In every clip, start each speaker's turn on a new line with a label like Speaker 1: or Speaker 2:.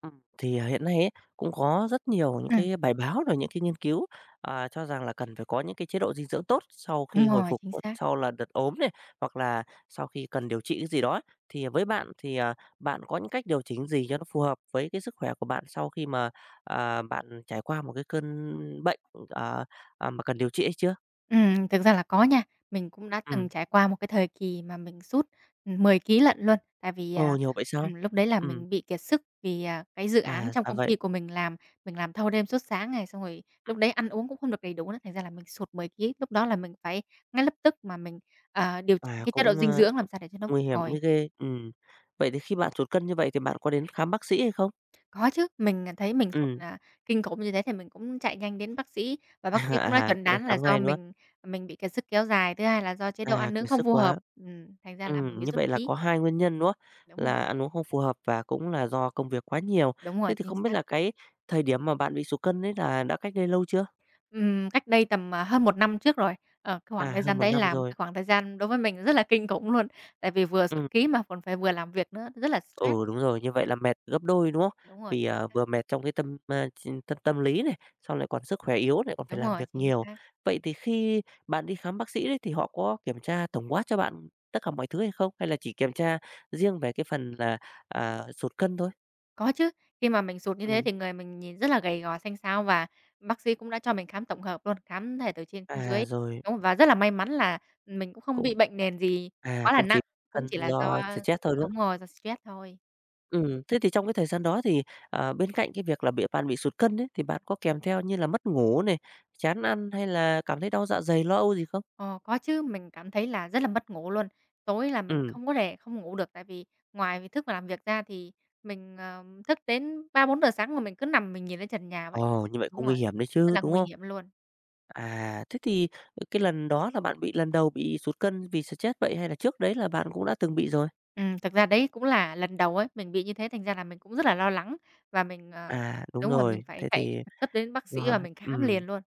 Speaker 1: Thì hiện nay ấy, cũng có rất nhiều những
Speaker 2: Ừm,
Speaker 1: cái bài báo rồi những cái nghiên cứu, cho rằng là cần phải có những cái chế độ dinh dưỡng tốt sau khi
Speaker 2: đúng
Speaker 1: hồi
Speaker 2: rồi,
Speaker 1: phục
Speaker 2: chính
Speaker 1: có
Speaker 2: xác.
Speaker 1: sau là đợt ốm này, hoặc là sau khi cần điều trị cái gì đó ấy. Thì với bạn thì, bạn có những cách điều chỉnh gì cho nó phù hợp với cái sức khỏe của bạn sau khi mà, bạn trải qua một cái cơn bệnh, ờ, mà cần điều trị hay chưa?
Speaker 2: Thực ra là có nha. Mình cũng đã từng
Speaker 1: Ừm,
Speaker 2: trải qua một cái thời kỳ mà mình sút, 10 ký lận luôn, tại vì,
Speaker 1: ồ, nhiều vậy sao?
Speaker 2: lúc đấy là
Speaker 1: Ừm,
Speaker 2: mình bị kiệt sức vì, cái dự án trong
Speaker 1: ra
Speaker 2: công
Speaker 1: vậy.
Speaker 2: ty của mình làm thâu đêm suốt sáng này, xong rồi lúc đấy ăn uống cũng không được đầy đủ nữa, thành ra là mình sụt 10 ký. Lúc đó là mình phải ngay lập tức mà mình, điều chỉnh
Speaker 1: À,
Speaker 2: cái chế độ
Speaker 1: cũng,
Speaker 2: dinh
Speaker 1: ơ
Speaker 2: dưỡng làm sao để cho nó
Speaker 1: Nguy
Speaker 2: phục
Speaker 1: hiểm
Speaker 2: hồi.
Speaker 1: mới ghê. Vậy thì khi bạn sụt cân như vậy thì bạn có đến khám bác sĩ hay không?
Speaker 2: Có chứ, mình, thấy mình sụt,
Speaker 1: Ừ,
Speaker 2: kinh khủng như thế thì mình cũng chạy nhanh đến bác sĩ và bác sĩ cũng đã chuẩn
Speaker 1: cũng phải
Speaker 2: đoán là
Speaker 1: khám
Speaker 2: do
Speaker 1: ngay, nữa,
Speaker 2: mình bị kiệt sức kéo dài, thứ hai là do chế độ ăn uống
Speaker 1: Kiệt
Speaker 2: không
Speaker 1: sức
Speaker 2: phù hợp,
Speaker 1: quá.
Speaker 2: thành ra
Speaker 1: Ừ,
Speaker 2: là mình bị
Speaker 1: như
Speaker 2: sút
Speaker 1: vậy là
Speaker 2: ký.
Speaker 1: có 2 nguyên nhân, đúng không?
Speaker 2: Đúng
Speaker 1: Là
Speaker 2: rồi,
Speaker 1: ăn uống không phù hợp và cũng là do công việc quá nhiều.
Speaker 2: đúng rồi,
Speaker 1: Thế thì
Speaker 2: chính
Speaker 1: không biết
Speaker 2: xác.
Speaker 1: là cái thời điểm mà bạn bị sụt cân ấy là đã cách đây lâu chưa?
Speaker 2: Cách đây tầm, hơn một năm trước rồi, cái khoảng thời
Speaker 1: Hơn
Speaker 2: gian
Speaker 1: một
Speaker 2: đấy
Speaker 1: năm
Speaker 2: là một cái
Speaker 1: rồi.
Speaker 2: khoảng thời gian đối với mình rất là kinh khủng luôn, tại vì vừa sụt
Speaker 1: Ừ.
Speaker 2: ký mà còn phải vừa làm việc nữa, rất là stress.
Speaker 1: Ừ, đúng rồi, như vậy là mệt gấp đôi, đúng không?
Speaker 2: Đúng rồi,
Speaker 1: Vì,
Speaker 2: chính xác.
Speaker 1: vừa mệt trong cái tâm, a, ch tâm tâm lý này, xong lại còn sức khỏe yếu, lại còn phải
Speaker 2: Đúng
Speaker 1: làm
Speaker 2: rồi,
Speaker 1: việc
Speaker 2: chính
Speaker 1: nhiều.
Speaker 2: xác.
Speaker 1: Vậy thì khi bạn đi khám bác sĩ đấy thì họ có kiểm tra tổng quát cho bạn tất cả mọi thứ hay không? Hay là chỉ kiểm tra riêng về cái phần là, sụt cân thôi?
Speaker 2: Có chứ, khi mà mình sụt như thế
Speaker 1: Ừm,
Speaker 2: thì người mình nhìn rất là gầy gò, xanh xao và bác sĩ cũng đã cho mình khám tổng hợp luôn, khám thể từ trên xuống dưới.
Speaker 1: rồi,
Speaker 2: Đúng, và rất là may mắn là mình cũng không
Speaker 1: cũng
Speaker 2: bị bệnh nền gì quá là
Speaker 1: cũng chỉ
Speaker 2: nặng, cũng
Speaker 1: cân
Speaker 2: chỉ là do
Speaker 1: do stress thôi, đúng
Speaker 2: đúng
Speaker 1: không?
Speaker 2: rồi, do stress thôi.
Speaker 1: Thế thì trong cái thời gian đó thì, bên cạnh cái việc là bạn bị sụt cân ấy, thì bạn có kèm theo như là mất ngủ này, chán ăn hay là cảm thấy đau dạ dày, lo âu gì không?
Speaker 2: Ờ, có chứ, mình cảm thấy là rất là mất ngủ luôn. Tối là mình
Speaker 1: Ừm,
Speaker 2: không có thể không ngủ được tại vì ngoài việc thức và làm việc ra thì mình, thức đến ba bốn giờ sáng mà mình cứ nằm mình nhìn lên trần nhà vậy.
Speaker 1: ồ, như vậy
Speaker 2: Đúng
Speaker 1: cũng
Speaker 2: rồi,
Speaker 1: nguy hiểm đấy
Speaker 2: rất
Speaker 1: chứ,
Speaker 2: là
Speaker 1: đúng
Speaker 2: nguy
Speaker 1: không?
Speaker 2: hiểm luôn.
Speaker 1: Thế thì cái lần đó là bạn bị lần đầu bị sụt cân vì stress vậy hay là trước đấy là bạn cũng đã từng bị rồi?
Speaker 2: Thực ra đấy cũng là lần đầu ấy, mình bị như thế thành ra là mình cũng rất là lo lắng và mình,
Speaker 1: Đúng
Speaker 2: đúng rồi, mình
Speaker 1: rồi,
Speaker 2: phải
Speaker 1: thế
Speaker 2: chạy
Speaker 1: thì
Speaker 2: gấp đến bác sĩ
Speaker 1: rồi,
Speaker 2: và mình khám
Speaker 1: ừm,
Speaker 2: liền luôn.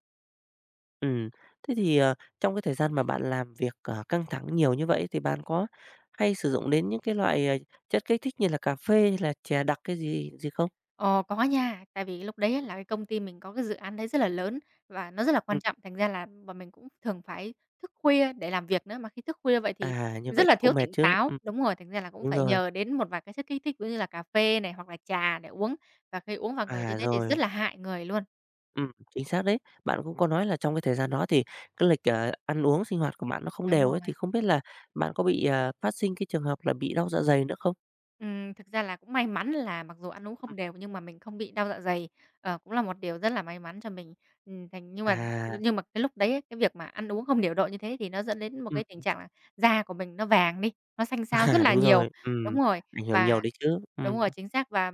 Speaker 1: ừm. Thế thì, trong cái thời gian mà bạn làm việc, căng thẳng nhiều như vậy thì bạn có hay sử dụng đến những cái loại, chất kích thích như là cà phê hay là chè đặc cái gì gì không?
Speaker 2: Ờ, có nha, tại vì lúc đấy á là cái công ty mình có cái dự án đấy rất là lớn và nó rất là quan
Speaker 1: Ừm,
Speaker 2: trọng, thành ra là bọn mình cũng thường phải thức khuya để làm việc nữa, mà khi thức khuya vậy thì
Speaker 1: như
Speaker 2: rất
Speaker 1: vậy
Speaker 2: là
Speaker 1: thì
Speaker 2: thiếu
Speaker 1: cũng mệt
Speaker 2: tỉnh
Speaker 1: chứ.
Speaker 2: táo. Đúng rồi, thành ra là cũng
Speaker 1: Đúng
Speaker 2: phải
Speaker 1: rồi,
Speaker 2: nhờ đến một vài cái chất kích thích, ví dụ như là cà phê này, hoặc là trà để uống, và khi uống vào người như thế thì rất
Speaker 1: rồi.
Speaker 2: là hại người luôn.
Speaker 1: Chính xác đấy. Bạn cũng có nói là trong cái thời gian đó thì cái lịch, ăn uống sinh hoạt của bạn nó không
Speaker 2: Đúng
Speaker 1: đều ấy,
Speaker 2: rồi.
Speaker 1: thì không biết là bạn có bị, phát sinh cái trường hợp là bị đau dạ dày nữa không?
Speaker 2: Thực ra là cũng may mắn là mặc dù ăn uống không
Speaker 1: Ừm.
Speaker 2: đều nhưng mà mình không bị đau dạ dày, cũng là một điều rất là may mắn cho mình. Thành
Speaker 1: À,
Speaker 2: nhưng mà cái lúc đấy ấy, cái việc mà ăn uống không điều độ như thế thì nó dẫn đến một
Speaker 1: ừm,
Speaker 2: cái tình trạng là da của mình nó vàng đi, nó xanh xao rất là
Speaker 1: đúng
Speaker 2: nhiều.
Speaker 1: rồi,
Speaker 2: Đúng rồi,
Speaker 1: ảnh hưởng
Speaker 2: và
Speaker 1: nhiều đấy chứ.
Speaker 2: đúng rồi, chính xác. Và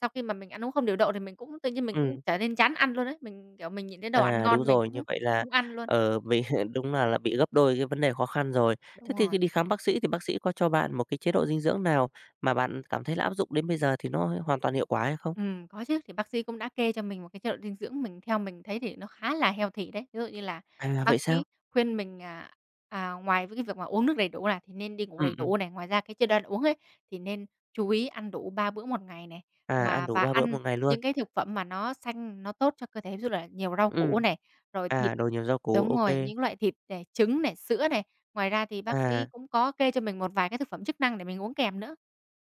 Speaker 2: sau khi mà mình ăn uống không điều độ thì mình cũng tự nhiên mình cũng
Speaker 1: ừm,
Speaker 2: trở nên chán ăn luôn đấy mình, kiểu, mình nhìn thấy đồ ăn
Speaker 1: đúng
Speaker 2: ngon mình
Speaker 1: rồi, như
Speaker 2: cũng
Speaker 1: vậy là,
Speaker 2: không ăn luôn.
Speaker 1: ở bị đúng là bị gấp đôi cái vấn đề khó khăn rồi. Thế
Speaker 2: Đúng
Speaker 1: thì
Speaker 2: rồi.
Speaker 1: khi đi khám bác sĩ thì bác sĩ có cho bạn một cái chế độ dinh dưỡng nào mà bạn cảm thấy là áp dụng đến bây giờ thì nó hoàn toàn hiệu quả hay không?
Speaker 2: Có chứ. Thì bác sĩ cũng đã kê cho mình một cái chế độ dinh dưỡng mình theo mình thấy thì nó khá là healthy đấy. Ví dụ như là bác
Speaker 1: Vậy
Speaker 2: sĩ
Speaker 1: sao?
Speaker 2: khuyên mình, ngoài với cái việc mà uống nước đầy đủ là thì nên đi ngủ đầy
Speaker 1: Ừm, ừm,
Speaker 2: đủ này, ngoài ra cái chế độ ăn uống ấy, thì nên chú ý ăn đủ 3 bữa một ngày này,
Speaker 1: ăn
Speaker 2: và
Speaker 1: đủ
Speaker 2: và
Speaker 1: 3 bữa
Speaker 2: ăn
Speaker 1: một ngày luôn.
Speaker 2: những cái thực phẩm mà nó xanh, nó tốt cho cơ thể, ví dụ là nhiều rau củ
Speaker 1: Ừm.
Speaker 2: này, rồi thịt
Speaker 1: Đồ nhiều rau củ,
Speaker 2: đúng
Speaker 1: ô
Speaker 2: rồi,
Speaker 1: kê.
Speaker 2: những loại thịt này, trứng này, sữa này. Ngoài ra thì bác sĩ
Speaker 1: À,
Speaker 2: cũng có kê cho mình một vài cái thực phẩm chức năng để mình uống kèm nữa.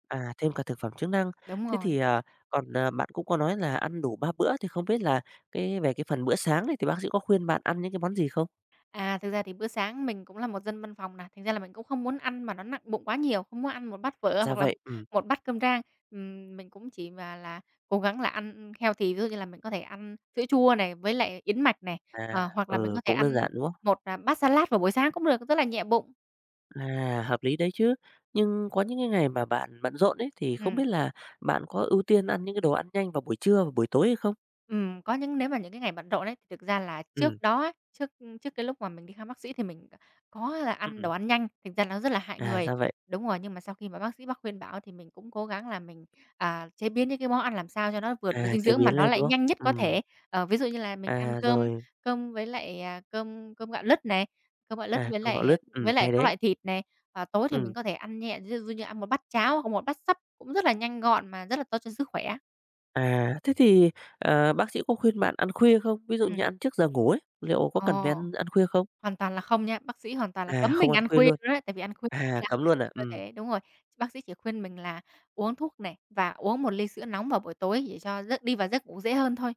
Speaker 1: Thêm cả thực phẩm chức năng.
Speaker 2: Đúng
Speaker 1: Thế
Speaker 2: rồi.
Speaker 1: thì, còn, bạn cũng có nói là ăn đủ 3 bữa thì không biết là cái về cái phần bữa sáng này thì bác sĩ có khuyên bạn ăn những cái món gì không?
Speaker 2: À, thực ra thì bữa sáng mình cũng là một dân văn phòng nè, thành ra là mình cũng không muốn ăn mà nó nặng bụng quá nhiều, không muốn ăn một bát phở
Speaker 1: Ra
Speaker 2: hoặc là
Speaker 1: vậy,
Speaker 2: một bát cơm rang. Mình cũng chỉ mà là cố gắng là ăn healthy, ví dụ như là mình có thể ăn sữa chua này, với lại yến mạch này, hoặc là mình
Speaker 1: ừ,
Speaker 2: có thể
Speaker 1: cũng đơn
Speaker 2: ăn
Speaker 1: giản, đúng không?
Speaker 2: một, bát salad vào buổi sáng cũng được, rất là nhẹ bụng.
Speaker 1: Hợp lý đấy chứ. Nhưng có những cái ngày mà bạn bận rộn ấy, thì không
Speaker 2: Ừm.
Speaker 1: biết là bạn có ưu tiên ăn những cái đồ ăn nhanh vào buổi trưa và buổi tối hay không?
Speaker 2: Có những nếu mà những cái ngày bận rộn ấy, thì thực ra là
Speaker 1: Ừm,
Speaker 2: trước đó ấy, trước trước cái lúc mà mình đi khám bác sĩ thì mình có là ăn đồ
Speaker 1: ừm,
Speaker 2: ăn nhanh, thành ra nó rất là hại người.
Speaker 1: ra vậy.
Speaker 2: Đúng rồi, nhưng mà sau khi mà bác sĩ khuyên bảo thì mình cũng cố gắng là mình, chế biến những cái món ăn làm sao cho nó vừa đủ dinh
Speaker 1: Chế
Speaker 2: dưỡng mà
Speaker 1: biến
Speaker 2: nó
Speaker 1: lên,
Speaker 2: lại
Speaker 1: đúng không?
Speaker 2: nhanh nhất có thể. Ví dụ như là mình ăn cơm
Speaker 1: Rồi,
Speaker 2: cơm với lại, à, cơm cơm gạo lứt này, cơm gạo lứt với
Speaker 1: cơm
Speaker 2: lại
Speaker 1: gạo lứt,
Speaker 2: với lại
Speaker 1: hay
Speaker 2: các
Speaker 1: đấy.
Speaker 2: loại thịt này. Và tối thì mình
Speaker 1: Ừm.
Speaker 2: có thể ăn nhẹ, ví dụ như ăn một bát cháo hoặc một bát sắp cũng rất là nhanh gọn mà rất là tốt cho sức khỏe.
Speaker 1: Thế thì, bác sĩ có khuyên bạn ăn khuya không? Ví dụ như
Speaker 2: Ừm,
Speaker 1: ăn trước giờ ngủ ấy, liệu có
Speaker 2: ồ
Speaker 1: cần phải ăn ăn khuya không?
Speaker 2: Hoàn toàn là không nha, bác sĩ hoàn toàn là cấm
Speaker 1: Không
Speaker 2: mình
Speaker 1: ăn
Speaker 2: ăn
Speaker 1: khuya
Speaker 2: khuya
Speaker 1: luôn,
Speaker 2: luôn đấy, tại vì ăn khuya rất là
Speaker 1: cấm
Speaker 2: hại
Speaker 1: luôn à?
Speaker 2: cho cơ thể đúng rồi. Bác sĩ chỉ khuyên mình là uống thuốc này và uống một ly sữa nóng vào buổi tối để cho đi vào giấc ngủ dễ hơn thôi.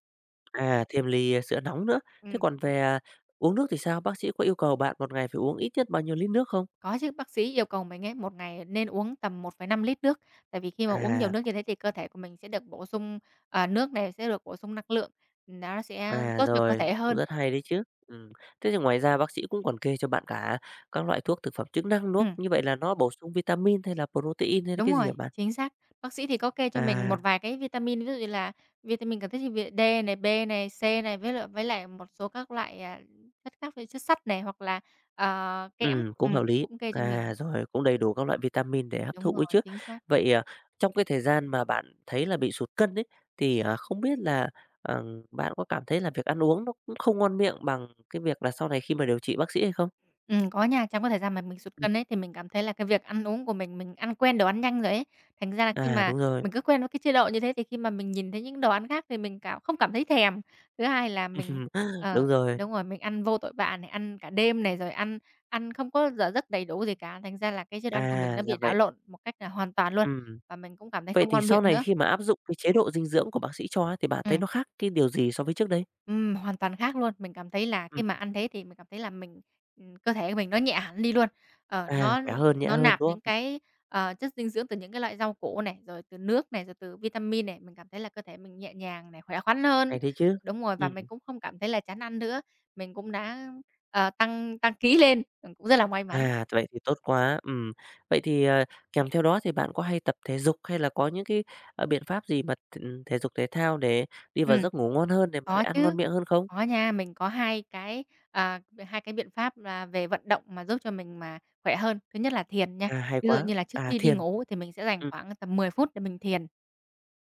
Speaker 1: Thêm ly, sữa nóng nữa. Thế
Speaker 2: Ừm,
Speaker 1: còn về, uống nước thì sao? Bác sĩ có yêu cầu bạn một ngày phải uống ít nhất bao nhiêu lít nước không?
Speaker 2: có chứ, bác sĩ yêu cầu mình ấy, một ngày nên uống tầm 1,5 lít nước, tại vì khi mà uống nhiều
Speaker 1: À,
Speaker 2: nước như thế thì cơ thể của mình sẽ được bổ sung, nước này, sẽ được bổ sung năng lượng, nó sẽ tốt cho cơ
Speaker 1: Rồi,
Speaker 2: thể
Speaker 1: cũng
Speaker 2: hơn.
Speaker 1: rất hay đấy chứ. Thế thì ngoài ra bác sĩ cũng còn kê cho bạn cả các loại thuốc thực phẩm chức năng, đúng không?
Speaker 2: Ừm.
Speaker 1: Như vậy là nó bổ sung vitamin hay là protein hay là
Speaker 2: Đúng
Speaker 1: cái gì hả
Speaker 2: rồi,
Speaker 1: bạn?
Speaker 2: chính xác. Bác sĩ thì có kê cho mình một
Speaker 1: À.
Speaker 2: vài cái vitamin, ví dụ như là vitamin cần thiết như vi D này, B này, C này, với lại một số các loại, chất khác như chất sắt này, hoặc là, kẽm,
Speaker 1: Ừ, cũng hợp lý.
Speaker 2: cũng kê cho mình.
Speaker 1: Rồi cũng đầy đủ các loại vitamin để hấp
Speaker 2: Đúng
Speaker 1: thụ
Speaker 2: rồi,
Speaker 1: ấy chứ.
Speaker 2: chính xác.
Speaker 1: Vậy, trong cái thời gian mà bạn thấy là bị sụt cân ấy, thì, không biết là, ờ, bạn có cảm thấy là việc ăn uống nó cũng không ngon miệng bằng cái việc là sau này khi mà điều trị bác sĩ hay không?
Speaker 2: Có nha. Trong cái thời gian mà mình sụt
Speaker 1: Ừm.
Speaker 2: cân ấy, thì mình cảm thấy là cái việc ăn uống của mình ăn quen đồ ăn nhanh rồi ấy. Thành ra là khi mà
Speaker 1: Đúng rồi.
Speaker 2: mình cứ quen với cái chế độ như thế thì khi mà mình nhìn thấy những đồ ăn khác thì mình không cảm thấy thèm. Thứ hai là mình ờ,
Speaker 1: Đúng rồi.
Speaker 2: đúng rồi, mình ăn vô tội vạ này, ăn cả đêm này, rồi ăn ăn không có giờ giấc đầy đủ gì cả, thành ra là cái chế độ ăn của mình nó
Speaker 1: Ra
Speaker 2: bị đảo
Speaker 1: vậy.
Speaker 2: lộn một cách là hoàn toàn luôn,
Speaker 1: Ừm.
Speaker 2: và mình cũng cảm thấy
Speaker 1: Vậy
Speaker 2: không
Speaker 1: thì
Speaker 2: ngon
Speaker 1: sau
Speaker 2: miệng
Speaker 1: này
Speaker 2: nữa.
Speaker 1: khi mà áp dụng cái chế độ dinh dưỡng của bác sĩ cho á, thì bạn thấy
Speaker 2: Ừm.
Speaker 1: nó khác cái điều gì so với trước đây?
Speaker 2: Hoàn toàn khác luôn. Mình cảm thấy là khi
Speaker 1: Ừm.
Speaker 2: mà ăn thế thì mình cảm thấy là mình cơ thể của mình nó nhẹ hẳn đi luôn. Ờ, nó
Speaker 1: Khỏe hơn, nhẹ
Speaker 2: nó
Speaker 1: hơn,
Speaker 2: nạp
Speaker 1: đúng không?
Speaker 2: những cái, chất dinh dưỡng từ những cái loại rau củ này, rồi từ nước này, rồi từ vitamin này, mình cảm thấy là cơ thể mình nhẹ nhàng này, khỏe khoắn hơn.
Speaker 1: Hay đấy chứ.
Speaker 2: Đúng rồi, và
Speaker 1: Ừ.
Speaker 2: mình cũng không cảm thấy là chán ăn nữa. Mình cũng đã, tăng tăng ký lên, mình cũng rất là may mắn.
Speaker 1: Vậy thì tốt quá. Ừm. Vậy thì, kèm theo đó thì bạn có hay tập thể dục hay là có những cái, biện pháp gì mà thể dục thể thao để đi vào
Speaker 2: Ừm.
Speaker 1: giấc ngủ ngon hơn để mà lại
Speaker 2: Có
Speaker 1: ăn ngon
Speaker 2: chứ,
Speaker 1: miệng hơn không?
Speaker 2: có nha. Mình có 2 cái, à, 2 cái biện pháp là về vận động mà giúp cho mình mà khỏe hơn. Thứ nhất là thiền nha.
Speaker 1: Hay
Speaker 2: Ví dụ
Speaker 1: quá.
Speaker 2: như là trước khi đi
Speaker 1: Thiền.
Speaker 2: ngủ thì mình sẽ dành
Speaker 1: Ừm,
Speaker 2: khoảng tầm 10 phút để mình thiền.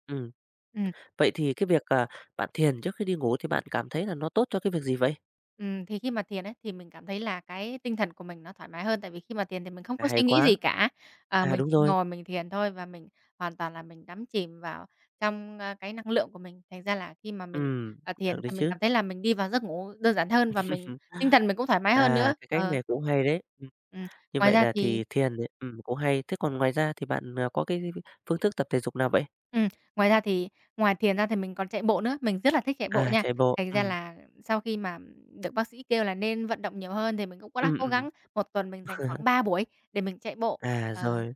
Speaker 1: ừm.
Speaker 2: Ừm.
Speaker 1: Vậy thì cái việc, bạn thiền trước khi đi ngủ thì bạn cảm thấy là nó tốt cho cái việc gì vậy?
Speaker 2: Thì khi mà thiền ấy, thì mình cảm thấy là cái tinh thần của mình nó thoải mái hơn, tại vì khi mà thiền thì mình không có suy
Speaker 1: Hay
Speaker 2: nghĩ
Speaker 1: quá.
Speaker 2: gì cả, mình
Speaker 1: Đúng
Speaker 2: chỉ
Speaker 1: rồi.
Speaker 2: ngồi mình thiền thôi và mình hoàn toàn là mình đắm chìm vào trong, cái năng lượng của mình. Thành ra là khi mà mình,
Speaker 1: Ừm, được
Speaker 2: thiền
Speaker 1: đấy
Speaker 2: thì mình
Speaker 1: chứ.
Speaker 2: cảm thấy là mình đi vào giấc ngủ đơn giản hơn và mình tinh thần mình cũng thoải mái hơn nữa.
Speaker 1: Cái cách
Speaker 2: Ờ.
Speaker 1: này cũng hay đấy.
Speaker 2: Ừm,
Speaker 1: Như
Speaker 2: ngoài
Speaker 1: vậy
Speaker 2: ra
Speaker 1: là
Speaker 2: thì
Speaker 1: thì thiền ấy cũng hay. Thế còn ngoài ra thì bạn, có cái phương thức tập thể dục nào vậy?
Speaker 2: Ừm, ngoài ra thì ngoài thiền ra thì mình còn chạy bộ nữa, mình rất là thích chạy bộ nha.
Speaker 1: Chạy bộ.
Speaker 2: Thành ra
Speaker 1: Ừm.
Speaker 2: là sau khi mà được bác sĩ kêu là nên vận động nhiều hơn thì mình cũng có đã
Speaker 1: Ừm,
Speaker 2: cố gắng,
Speaker 1: ừm.
Speaker 2: một tuần mình dành khoảng 3 buổi để mình chạy bộ. Ờ,
Speaker 1: Rồi.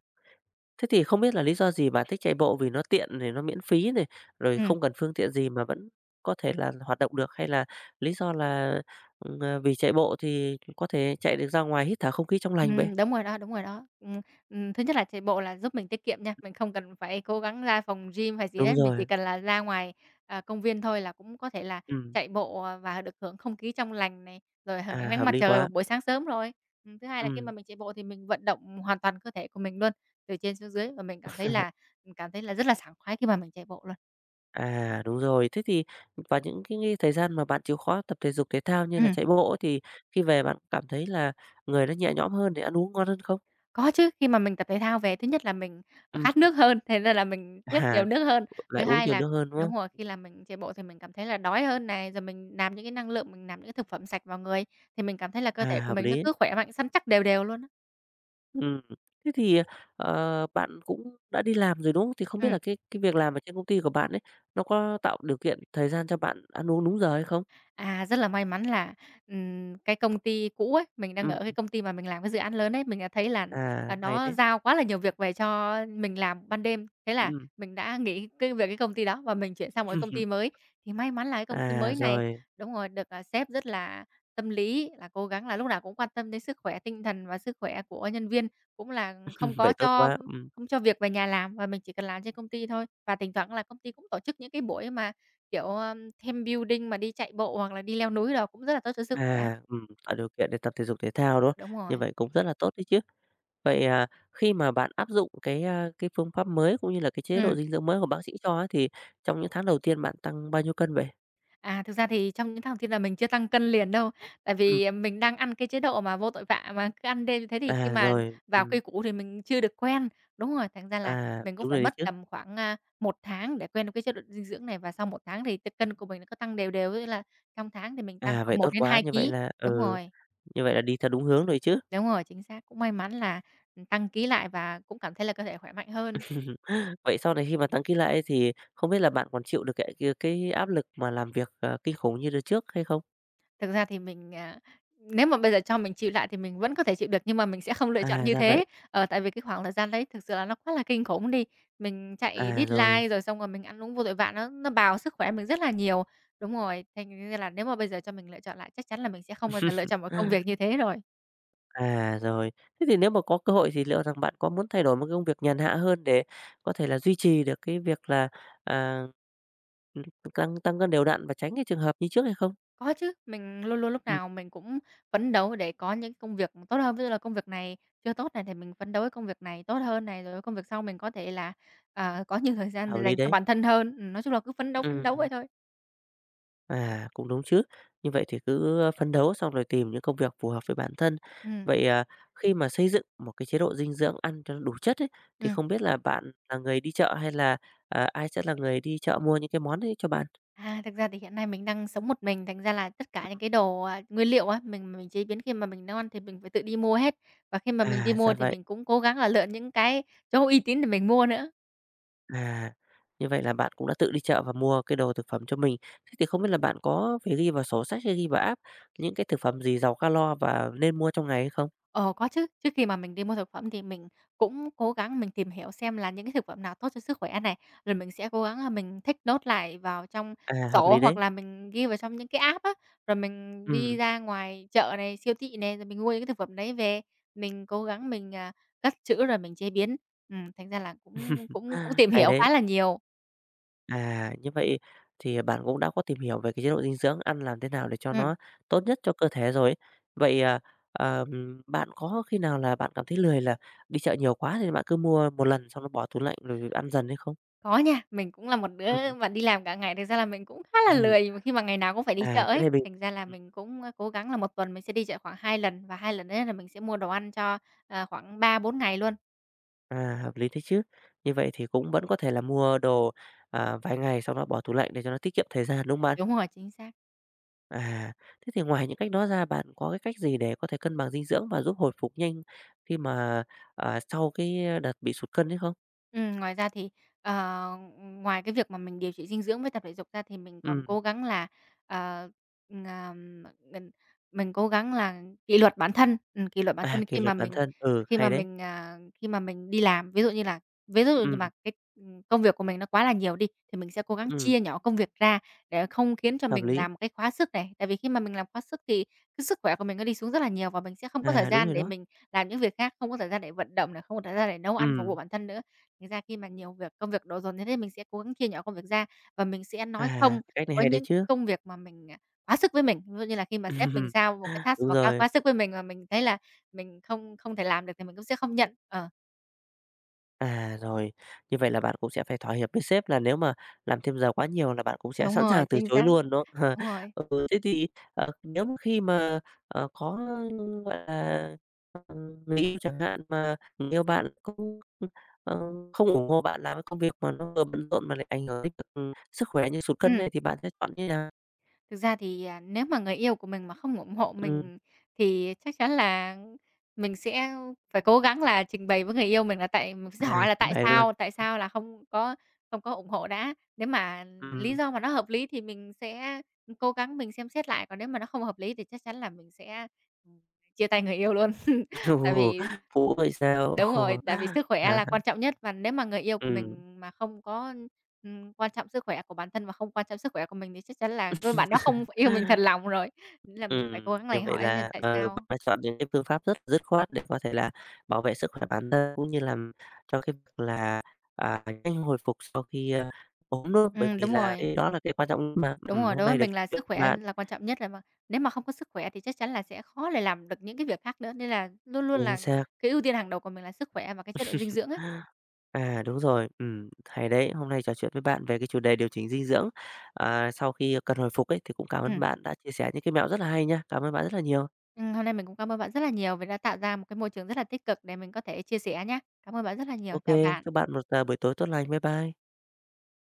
Speaker 1: Thế thì không biết là lý do gì bạn thích chạy bộ? Vì nó tiện này, nó miễn phí này, rồi
Speaker 2: ừm.
Speaker 1: không cần phương tiện gì mà vẫn có thể là hoạt động được, hay là lý do là, vì chạy bộ thì có thể chạy được ra ngoài hít thở không khí trong lành vậy?
Speaker 2: Đúng rồi đó, đúng rồi đó. Thứ nhất là chạy bộ là giúp mình tiết kiệm nha, mình không cần phải cố gắng ra phòng gym hay gì
Speaker 1: Đúng
Speaker 2: hết, mình chỉ
Speaker 1: rồi,
Speaker 2: cần là ra ngoài, công viên thôi là cũng có thể là
Speaker 1: ừm,
Speaker 2: chạy bộ, và được hưởng không khí trong lành này, rồi hưởng ánh nắng
Speaker 1: hợp
Speaker 2: mặt
Speaker 1: lý
Speaker 2: trời vào
Speaker 1: quá.
Speaker 2: buổi sáng sớm rồi. Thứ hai là khi mà
Speaker 1: Ừm,
Speaker 2: mình chạy bộ thì mình vận động hoàn toàn cơ thể của mình luôn, từ trên xuống dưới và mình cảm thấy là rất là sảng khoái khi mà mình chạy bộ luôn.
Speaker 1: đúng rồi. Thế thì vào những cái thời gian mà bạn chịu khó tập thể dục thể thao như là
Speaker 2: Ừm.
Speaker 1: chạy bộ ấy, thì khi về bạn cảm thấy là người nó nhẹ nhõm hơn, để ăn uống ngon hơn không?
Speaker 2: Có chứ, khi mà mình tập thể thao về thứ nhất là mình,
Speaker 1: Ừm,
Speaker 2: khát nước hơn, thế nên là mình tiếp nhiều
Speaker 1: à,
Speaker 2: nước hơn.
Speaker 1: lại
Speaker 2: Thứ
Speaker 1: uống
Speaker 2: hai
Speaker 1: nhiều
Speaker 2: là
Speaker 1: nước hơn, đúng không?
Speaker 2: đúng rồi, khi là mình chạy bộ thì mình cảm thấy là đói hơn này, rồi mình làm những cái năng lượng, mình làm những cái thực phẩm sạch vào người, thì mình cảm thấy là cơ thể của
Speaker 1: Hợp
Speaker 2: mình nó
Speaker 1: lý.
Speaker 2: cứ khỏe mạnh, săn chắc đều đều luôn á.
Speaker 1: Ừm, thế thì, bạn cũng đã đi làm rồi, đúng không? Thì không biết
Speaker 2: Ừm.
Speaker 1: là cái việc làm ở trên công ty của bạn ấy, nó có tạo điều kiện, thời gian cho bạn ăn uống đúng giờ hay không?
Speaker 2: À, rất là may mắn là, cái công ty cũ ấy, mình đang
Speaker 1: Ừm,
Speaker 2: ở cái công ty mà mình làm cái dự án lớn ấy, mình đã thấy là,
Speaker 1: hay
Speaker 2: nó
Speaker 1: đấy.
Speaker 2: giao quá là nhiều việc về cho mình làm ban đêm. Thế là
Speaker 1: Ừm.
Speaker 2: mình đã nghỉ cái việc cái công ty đó và mình chuyển sang một cái công ty mới. Thì may mắn là cái công ty mới này
Speaker 1: Rồi,
Speaker 2: đúng rồi, được, sếp rất là tâm lý, là cố gắng là lúc nào cũng quan tâm đến sức khỏe tinh thần và sức khỏe của nhân viên, cũng là không có
Speaker 1: vậy tốt
Speaker 2: cho
Speaker 1: quá.
Speaker 2: không cho việc về nhà làm và mình chỉ cần làm trên công ty thôi. Và thỉnh thoảng là công ty cũng tổ chức những cái buổi mà, kiểu, ờ thêm building mà đi chạy bộ hoặc là đi leo núi đồ cũng rất là tốt cho sức khỏe.
Speaker 1: Tạo điều kiện để tập thể dục thể thao, đúng không?
Speaker 2: Đúng
Speaker 1: Như
Speaker 2: rồi.
Speaker 1: vậy cũng rất là tốt đấy chứ. Vậy, khi mà bạn áp dụng cái phương pháp mới cũng như là cái chế độ
Speaker 2: Ừm,
Speaker 1: dinh dưỡng mới của bác sĩ cho ấy, thì trong những tháng đầu tiên bạn tăng bao nhiêu cân vậy?
Speaker 2: thực ra thì trong những tháng đầu tiên là mình chưa tăng cân liền đâu, tại
Speaker 1: Ừm,
Speaker 2: vì ờ, mình đang ăn cái chế độ mà vô tội vạ mà, cứ ăn đêm như thế thì khi mà
Speaker 1: rồi,
Speaker 2: vào quy củ thì mình chưa được quen. Đúng rồi, thành ra là mình cũng
Speaker 1: đúng
Speaker 2: phải
Speaker 1: rồi đấy
Speaker 2: mất
Speaker 1: chứ.
Speaker 2: tầm khoảng, 1 tháng để quen với cái chế độ dinh dưỡng này và sau một tháng thì t cân của mình nó cứ tăng đều đều, có nghĩa là trong tháng thì mình tăng khoảng
Speaker 1: Vậy
Speaker 2: một
Speaker 1: tốt
Speaker 2: đến
Speaker 1: quá,
Speaker 2: hai
Speaker 1: như vậy
Speaker 2: ký.
Speaker 1: là
Speaker 2: Đúng
Speaker 1: ừ,
Speaker 2: rồi,
Speaker 1: như vậy là đi theo đúng hướng rồi chứ.
Speaker 2: đúng rồi, chính xác. Cũng may mắn là, tăng ký lại và cũng cảm thấy là cơ thể khỏe mạnh hơn.
Speaker 1: Vậy sau này khi mà tăng ký lại ấy thì không biết là bạn còn chịu được cái áp lực mà làm việc, kinh khủng như đợt trước hay không?
Speaker 2: Thực ra thì mình, nếu mà bây giờ cho mình chịu lại thì mình vẫn có thể chịu được, nhưng mà mình sẽ không lựa chọn như
Speaker 1: Ra vậy.
Speaker 2: thế. Ờ, tại vì cái khoảng thời gian đấy thực sự là nó quá là kinh khủng đi. Mình chạy
Speaker 1: Rồi.
Speaker 2: deadline rồi xong rồi mình ăn uống vô tội vạ, nó bào sức khỏe mình rất là nhiều. Đúng rồi, thành ra là nếu mà bây giờ cho mình lựa chọn lại chắc chắn là mình sẽ không bao giờ lựa chọn một công việc như thế rồi.
Speaker 1: Rồi. Thế thì nếu mà có cơ hội thì liệu rằng bạn có muốn thay đổi một cái công việc nhàn hạ hơn để có thể là duy trì được cái việc là, à, ừm, tăng tăng cân đều đặn và tránh cái trường hợp như trước hay không?
Speaker 2: Có chứ, mình luôn luôn lúc
Speaker 1: Ừm,
Speaker 2: nào mình cũng phấn đấu để có những công việc tốt hơn. Ví dụ là công việc này chưa tốt này thì mình phấn đấu với công việc này tốt hơn này, rồi công việc sau mình có thể là, có nhiều thời gian
Speaker 1: hợp lý
Speaker 2: dành cho
Speaker 1: đấy.
Speaker 2: bản thân hơn. Nói chung là cứ phấn đấu vậy
Speaker 1: Ừm.
Speaker 2: thôi.
Speaker 1: Cũng đúng chứ. Như vậy thì cứ, phấn đấu xong rồi tìm những công việc phù hợp với bản thân.
Speaker 2: Ừm,
Speaker 1: Vậy, khi mà xây dựng một cái chế độ dinh dưỡng ăn cho nó đủ chất ấy, thì
Speaker 2: ừm.
Speaker 1: không biết là bạn là người đi chợ hay là, ai sẽ là người đi chợ mua những cái món đấy cho bạn?
Speaker 2: À, thực ra thì hiện nay mình đang sống một mình, thành ra là tất cả những
Speaker 1: Ừm.
Speaker 2: cái đồ, nguyên liệu á, mình chế biến khi mà mình nấu ăn thì mình phải tự đi mua hết. Và khi mà mình đi mua
Speaker 1: Dạ
Speaker 2: thì
Speaker 1: vậy.
Speaker 2: mình cũng cố gắng là lựa những cái chỗ uy tín để mình mua nữa.
Speaker 1: À, Như vậy là bạn cũng đã tự đi chợ và mua cái đồ thực phẩm cho mình. Thế thì không biết là bạn có phải ghi vào sổ sách hay ghi vào app những cái thực phẩm gì giàu calo và nên mua trong ngày hay không?
Speaker 2: Ờ, có chứ. Trước khi mà mình đi mua thực phẩm thì mình cũng cố gắng mình tìm hiểu xem là những cái thực phẩm nào tốt cho sức khỏe này, rồi mình sẽ cố gắng là mình thích nốt lại vào trong
Speaker 1: Hợp
Speaker 2: sổ
Speaker 1: lý
Speaker 2: hoặc
Speaker 1: đấy.
Speaker 2: là mình ghi vào trong những cái app á, rồi mình đi
Speaker 1: Ừm.
Speaker 2: ra ngoài chợ này, siêu thị này, rồi mình mua những cái thực phẩm đấy về, mình cố gắng mình, cất trữ rồi mình chế biến. Thành ra là cũng cũng cũng tìm
Speaker 1: Hay
Speaker 2: hiểu
Speaker 1: đấy.
Speaker 2: khá là nhiều.
Speaker 1: Như vậy thì bạn cũng đã có tìm hiểu về cái chế độ dinh dưỡng, ăn làm thế nào để cho
Speaker 2: Ừm.
Speaker 1: nó tốt nhất cho cơ thể rồi ấy. Vậy, bạn có khi nào là bạn cảm thấy lười là đi chợ nhiều quá thì bạn cứ mua một lần xong nó bỏ tủ lạnh rồi ăn dần hay không?
Speaker 2: Có nha, mình cũng là một đứa
Speaker 1: Ừm,
Speaker 2: mà đi làm cả ngày, thực ra là mình cũng khá là
Speaker 1: ừm,
Speaker 2: lười mà khi mà ngày nào cũng phải đi chợ
Speaker 1: à, cái
Speaker 2: ấy.
Speaker 1: này bình
Speaker 2: Thành ra là
Speaker 1: ừm,
Speaker 2: mình cũng, cố gắng là một tuần mình sẽ đi chợ khoảng 2 lần và 2 lần đấy là mình sẽ mua đồ ăn cho, khoảng 3 4 ngày luôn.
Speaker 1: à, hợp lý thế chứ. Như vậy thì cũng vẫn có thể là mua đồ, vài ngày sau đó bỏ tủ lạnh để cho nó tiết kiệm thời gian, đúng không bạn?
Speaker 2: Đúng rồi, chính xác.
Speaker 1: À, Thế thì ngoài những cách đó ra bạn có cái cách gì để có thể cân bằng dinh dưỡng và giúp hồi phục nhanh khi mà, sau cái, đợt bị sụt cân đấy không?
Speaker 2: Ngoài ra thì, ờ, ngoài cái việc mà mình điều trị dinh dưỡng với tập thể dục ra thì mình còn
Speaker 1: Ừm,
Speaker 2: cố gắng là, ờ, ờm, mình mình cố gắng là kỷ luật bản thân, kỷ luật bản thân
Speaker 1: kỷ
Speaker 2: khi mà
Speaker 1: luật bản
Speaker 2: mình
Speaker 1: thân, ừ, hay đấy,
Speaker 2: khi mà mình đi làm. Ví dụ như
Speaker 1: ừ
Speaker 2: mà cái, công việc của mình nó quá là nhiều đi, thì mình sẽ cố gắng
Speaker 1: ừm,
Speaker 2: chia nhỏ công việc ra để không khiến cho
Speaker 1: hợp
Speaker 2: mình
Speaker 1: lý,
Speaker 2: làm một cái quá sức này. Tại vì khi mà mình làm quá sức thì cái sức khỏe của mình nó đi xuống rất là nhiều và mình sẽ không có thời
Speaker 1: đúng
Speaker 2: gian
Speaker 1: rồi
Speaker 2: để
Speaker 1: đó,
Speaker 2: mình làm những việc khác, không có thời gian để vận động này, không có thời gian để nấu ăn phục vụ
Speaker 1: ừm,
Speaker 2: bản thân nữa. Thành ra khi mà nhiều việc công việc đổ dồn như thế mình sẽ cố gắng chia nhỏ công việc ra và mình sẽ nói không
Speaker 1: cái cách này
Speaker 2: với
Speaker 1: hay đấy
Speaker 2: những cái
Speaker 1: chứ.
Speaker 2: công việc mà mình, quá sức với mình. Ví dụ như là khi mà sếp mình giao một cái task
Speaker 1: Đúng
Speaker 2: mà quá
Speaker 1: rồi.
Speaker 2: quá sức với mình mà mình thấy là mình không không thể làm được thì mình cũng sẽ không nhận. Ờ,
Speaker 1: Rồi. Như vậy là bạn cũng sẽ phải thỏa hiệp với sếp là nếu mà làm thêm giờ quá nhiều là bạn cũng sẽ
Speaker 2: đúng
Speaker 1: sẵn
Speaker 2: rồi,
Speaker 1: sàng từ
Speaker 2: chính
Speaker 1: chối
Speaker 2: xác,
Speaker 1: luôn, đúng không?
Speaker 2: đúng rồi.
Speaker 1: Ừ, thế thì, nếu mà khi mà, có, gọi là, người yêu chẳng hạn mà người yêu bạn cũng, ờ, không ủng hộ bạn làm cái công việc mà nó vừa bận rộn mà lại ảnh hưởng đến việc, sức khỏe như sụt
Speaker 2: Ừ
Speaker 1: cân ấy, thì bạn sẽ chọn như nào?
Speaker 2: Thực ra thì, nếu mà người yêu của mình mà không ủng hộ
Speaker 1: Ừm,
Speaker 2: mình thì chắc chắn là mình sẽ phải cố gắng là trình bày với người yêu mình là tại mình sẽ hỏi là
Speaker 1: chín
Speaker 2: "Tại
Speaker 1: mười luôn.
Speaker 2: sao? Tại sao là không có không có ủng hộ đã?" Nếu mà lý
Speaker 1: Ừm,
Speaker 2: do mà nó hợp lý thì mình sẽ cố gắng mình xem xét lại, còn nếu mà nó không hợp lý thì chắc chắn là mình sẽ, ừm, chia tay người yêu luôn. Tại
Speaker 1: ồ,
Speaker 2: vì
Speaker 1: phũ vậy sao?
Speaker 2: đúng rồi,
Speaker 1: Ồ,
Speaker 2: tại vì sức khỏe
Speaker 1: à,
Speaker 2: là quan trọng nhất và nếu mà người yêu của
Speaker 1: ừm.
Speaker 2: mình mà không có ừm, quan trọng sức khỏe của bản thân và không quan trọng sức khỏe của mình thì chắc chắn là người bạn đó không yêu mình thật lòng rồi, nên là mình phải cố gắng
Speaker 1: Như
Speaker 2: lành
Speaker 1: vậy
Speaker 2: hỏi xem
Speaker 1: là,
Speaker 2: tại sao.
Speaker 1: bạn đã chọn những cái phương pháp rất dứt khoát để có thể là bảo vệ sức khỏe bản thân, cũng như làm cho cái việc là, nhanh hồi phục sau khi, ốm, đúng. Bởi
Speaker 2: Ừm,
Speaker 1: vì
Speaker 2: đúng
Speaker 1: là
Speaker 2: rồi,
Speaker 1: cái đó là cái quan trọng nhất mà.
Speaker 2: đúng rồi,
Speaker 1: Hôm
Speaker 2: đối với
Speaker 1: nay được
Speaker 2: mình
Speaker 1: trò
Speaker 2: là
Speaker 1: chuyện
Speaker 2: sức
Speaker 1: với
Speaker 2: khỏe
Speaker 1: bạn
Speaker 2: là quan trọng nhất rồi mà. Nếu mà không có sức khỏe thì chắc chắn là sẽ khó để làm được những cái việc khác nữa, nên là luôn luôn
Speaker 1: chính
Speaker 2: là
Speaker 1: xác.
Speaker 2: cái ưu tiên hàng đầu của mình là sức khỏe và cái chế độ dinh dưỡng ấy.
Speaker 1: Đúng rồi, hay đấy, hôm nay trò chuyện với bạn về cái chủ đề điều chỉnh dinh dưỡng, sau khi cần hồi phục ấy, thì cũng cảm ơn
Speaker 2: Ừm,
Speaker 1: bạn đã chia sẻ những cái mẹo rất là hay nhá. Cảm ơn bạn rất là nhiều.
Speaker 2: hôm nay mình cũng cảm ơn bạn rất là nhiều vì đã tạo ra một cái môi trường rất là tích cực để mình có thể chia sẻ nhá. Cảm ơn bạn rất là nhiều,
Speaker 1: OK,
Speaker 2: chào bạn.
Speaker 1: chúc bạn một, buổi tối tốt lành. Bye bye.